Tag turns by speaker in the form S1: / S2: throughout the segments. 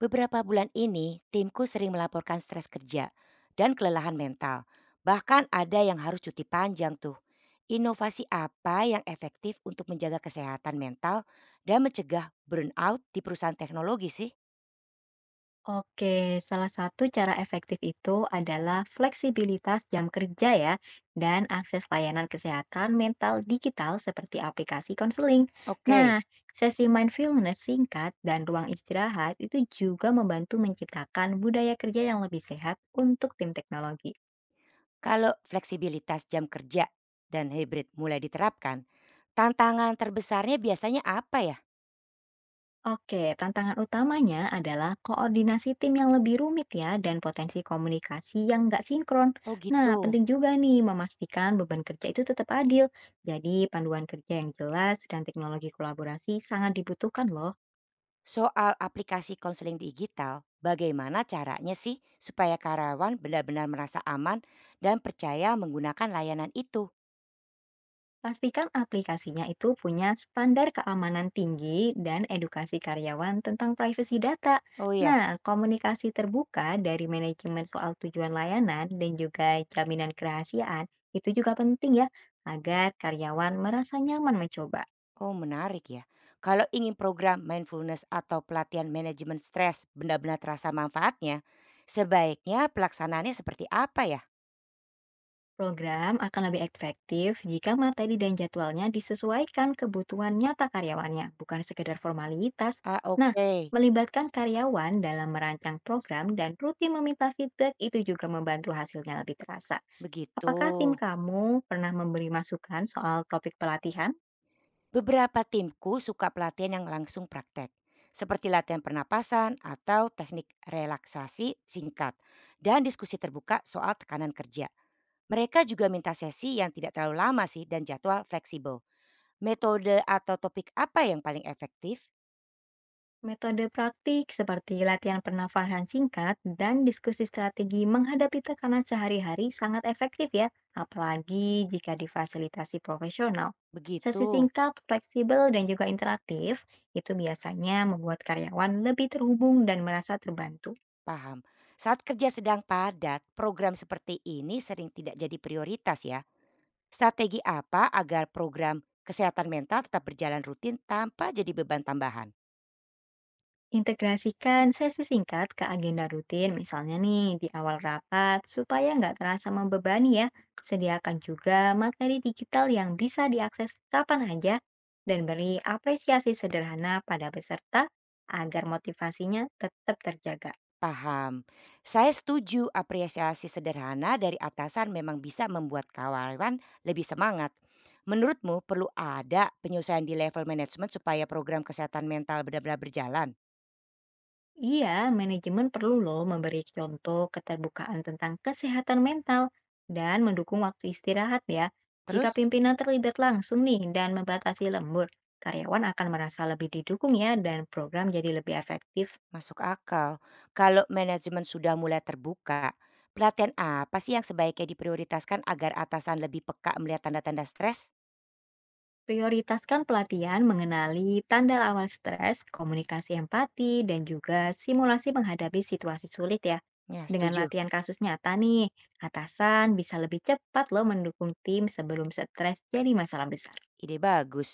S1: Beberapa bulan ini, timku sering melaporkan stres kerja dan kelelahan mental. Bahkan ada yang harus cuti panjang tuh. Inovasi apa yang efektif untuk menjaga kesehatan mental dan mencegah burnout di perusahaan teknologi sih?
S2: Oke, salah satu cara efektif itu adalah fleksibilitas jam kerja ya, dan akses layanan kesehatan mental digital seperti aplikasi konseling.
S1: Oke,
S2: Nah, sesi mindfulness singkat dan ruang istirahat itu juga membantu menciptakan budaya kerja yang lebih sehat untuk tim teknologi.
S1: kalau fleksibilitas jam kerja dan hybrid mulai diterapkan, tantangan terbesarnya biasanya apa ya?
S2: Oke, tantangan utamanya adalah koordinasi tim yang lebih rumit ya dan potensi komunikasi yang nggak sinkron.
S1: Oh
S2: Nah,
S1: gitu.
S2: penting juga nih memastikan beban kerja itu tetap adil. Jadi, panduan kerja yang jelas dan teknologi kolaborasi sangat dibutuhkan loh.
S1: Soal aplikasi konseling digital, bagaimana caranya sih supaya karyawan benar-benar merasa aman dan percaya menggunakan layanan itu?
S2: Pastikan aplikasinya itu punya standar keamanan tinggi dan edukasi karyawan tentang privasi data.
S1: Oh ya,
S2: Nah, komunikasi terbuka dari manajemen soal tujuan layanan dan juga jaminan kerahasiaan itu juga penting ya, agar karyawan merasa nyaman mencoba.
S1: oh menarik ya. Kalau ingin program mindfulness atau pelatihan manajemen stres benar-benar terasa manfaatnya, sebaiknya pelaksanaannya seperti apa ya?
S2: Program akan lebih efektif jika materi dan jadwalnya disesuaikan kebutuhan nyata karyawannya, bukan sekedar formalitas.
S1: Ah
S2: Nah,
S1: oke,
S2: melibatkan karyawan dalam merancang program dan rutin meminta feedback itu juga membantu hasilnya lebih terasa.
S1: begitu.
S2: Apakah tim kamu pernah memberi masukan soal topik pelatihan?
S1: Beberapa timku suka pelatihan yang langsung praktek, seperti latihan pernapasan atau teknik relaksasi singkat, dan diskusi terbuka soal tekanan kerja. Mereka juga minta sesi yang tidak terlalu lama sih dan jadwal fleksibel. Metode atau topik apa yang paling efektif?
S2: Metode praktik seperti latihan pernafasan singkat dan diskusi strategi menghadapi tekanan sehari-hari sangat efektif ya, apalagi jika difasilitasi profesional. Sesi
S1: Begitu,
S2: singkat, fleksibel, dan juga interaktif itu biasanya membuat karyawan lebih terhubung dan merasa terbantu.
S1: paham. Saat kerja sedang padat, program seperti ini sering tidak jadi prioritas ya. Strategi apa agar program kesehatan mental tetap berjalan rutin tanpa jadi beban tambahan?
S2: Integrasikan sesi singkat ke agenda rutin, misalnya nih di awal rapat, supaya nggak terasa membebani ya. Sediakan juga materi digital yang bisa diakses kapan aja, dan beri apresiasi sederhana pada peserta agar motivasinya tetap terjaga.
S1: Paham. Saya setuju apresiasi sederhana dari atasan memang bisa membuat karyawan lebih semangat. Menurutmu perlu ada penyesuaian di level manajemen supaya program kesehatan mental benar-benar berjalan?
S2: Iya, manajemen perlu loh memberi contoh keterbukaan tentang kesehatan mental dan mendukung waktu istirahat ya. Jika
S1: Terus
S2: pimpinan terlibat langsung nih dan membatasi lembur, karyawan akan merasa lebih didukung ya dan program jadi lebih efektif.
S1: masuk akal. Kalau manajemen sudah mulai terbuka, pelatihan apa sih yang sebaiknya diprioritaskan agar atasan lebih peka melihat tanda-tanda stres?
S2: Prioritaskan pelatihan mengenali tanda awal stres, komunikasi empati, dan juga simulasi menghadapi situasi sulit ya.
S1: Ya,
S2: Dengan
S1: setuju.
S2: latihan kasus nyata nih, atasan bisa lebih cepat loh mendukung tim sebelum stres jadi masalah besar.
S1: Ide bagus.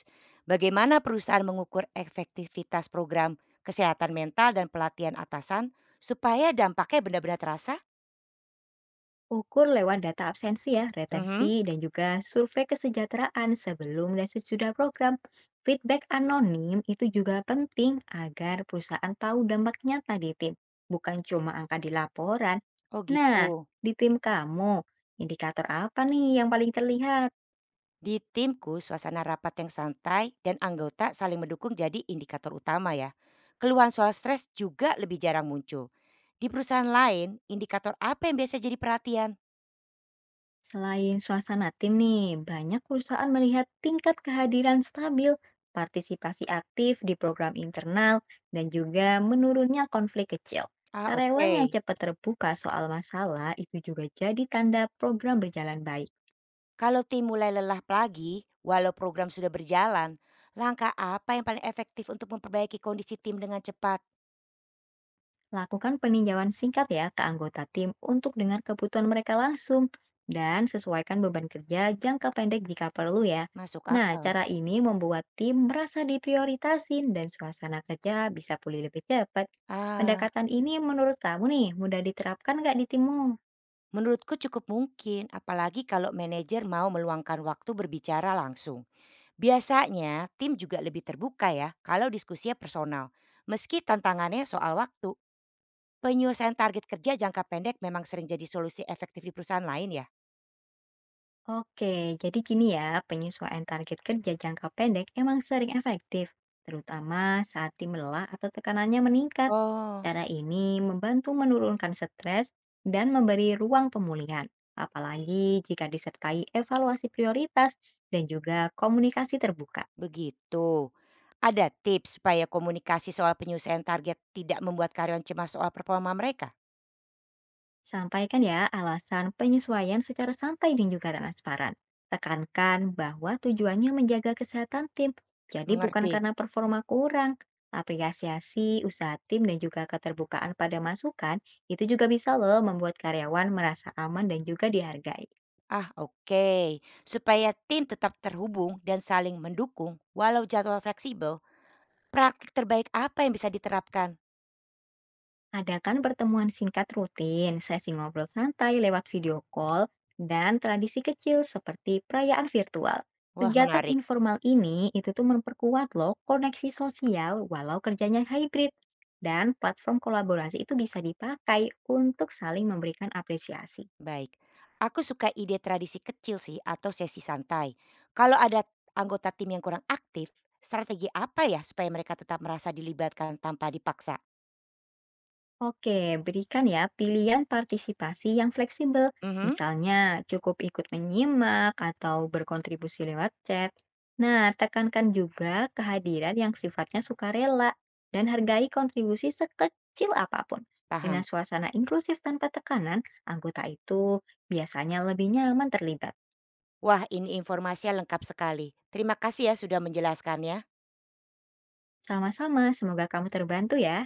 S1: Bagaimana perusahaan mengukur efektivitas program kesehatan mental dan pelatihan atasan supaya dampaknya benar-benar terasa?
S2: Ukur lewat data absensi ya, retensi,
S1: Mhm.
S2: dan juga survei kesejahteraan sebelum dan sesudah program. Feedback anonim itu juga penting agar perusahaan tahu dampak nyata di tim, bukan cuma angka di laporan.
S1: Oh
S2: Nah,
S1: gitu.
S2: di tim kamu, indikator apa nih yang paling terlihat?
S1: Di timku, suasana rapat yang santai dan anggota saling mendukung jadi indikator utama ya. Keluhan soal stres juga lebih jarang muncul. Di perusahaan lain, indikator apa yang biasa jadi perhatian?
S2: Selain suasana tim nih, banyak perusahaan melihat tingkat kehadiran stabil, partisipasi aktif di program internal, dan juga menurunnya konflik kecil.
S1: Ah
S2: Karyawan yang
S1: oke.
S2: cepat terbuka soal masalah itu juga jadi tanda program berjalan baik.
S1: Kalau tim mulai lelah lagi, walau program sudah berjalan, langkah apa yang paling efektif untuk memperbaiki kondisi tim dengan cepat?
S2: Lakukan peninjauan singkat ya ke anggota tim untuk dengar kebutuhan mereka langsung dan sesuaikan beban kerja jangka pendek jika perlu ya.
S1: Masuk
S2: Nah,
S1: akal.
S2: cara ini membuat tim merasa diprioritasin dan suasana kerja bisa pulih lebih cepat.
S1: Ah,
S2: Pendekatan ini menurut kamu nih mudah diterapkan nggak di timmu?
S1: menurutku cukup mungkin, apalagi kalau manajer mau meluangkan waktu berbicara langsung. Biasanya tim juga lebih terbuka ya kalau diskusinya personal. Meski tantangannya soal waktu, penyelesaian target kerja jangka pendek memang sering jadi solusi efektif di perusahaan lain ya.
S2: Oke, jadi gini ya, penyesuaian target kerja jangka pendek emang sering efektif, terutama saat tim lelah atau tekanannya meningkat.
S1: Oh,
S2: Cara ini membantu menurunkan stres dan memberi ruang pemulihan, apalagi jika disertai evaluasi prioritas dan juga komunikasi terbuka.
S1: begitu. Ada tips supaya komunikasi soal penyelesaian target tidak membuat karyawan cemas soal performa mereka?
S2: Sampaikan ya alasan penyesuaian secara santai dan juga transparan. Tekankan bahwa tujuannya menjaga kesehatan tim, jadi bukan
S1: Mengerti?
S2: karena performa kurang. Apresiasi usaha tim dan juga keterbukaan pada masukan itu juga bisa loh membuat karyawan merasa aman dan juga dihargai.
S1: Ah, oke. Supaya tim tetap terhubung dan saling mendukung walau jadwal fleksibel, praktik terbaik apa yang bisa diterapkan?
S2: Adakan pertemuan singkat rutin, sesi ngobrol santai lewat video call, dan tradisi kecil seperti perayaan virtual.
S1: Wah,
S2: Kegiatan
S1: menarik.
S2: informal ini itu tuh memperkuat loh koneksi sosial walau kerjanya hybrid. Dan platform kolaborasi itu bisa dipakai untuk saling memberikan apresiasi.
S1: Baik. Aku suka ide tradisi kecil sih atau sesi santai. Kalau ada anggota tim yang kurang aktif, strategi apa ya supaya mereka tetap merasa dilibatkan tanpa dipaksa?
S2: Oke, berikan ya pilihan partisipasi yang fleksibel.
S1: Mhm,
S2: Misalnya, cukup ikut menyimak atau berkontribusi lewat chat. Nah, tekankan juga kehadiran yang sifatnya sukarela dan hargai kontribusi sekecil apapun. Dengan
S1: paham.
S2: suasana inklusif tanpa tekanan, anggota itu biasanya lebih nyaman terlibat.
S1: Wah, ini informasinya lengkap sekali. Terima kasih ya sudah menjelaskannya.
S2: Sama-sama, semoga kamu terbantu ya.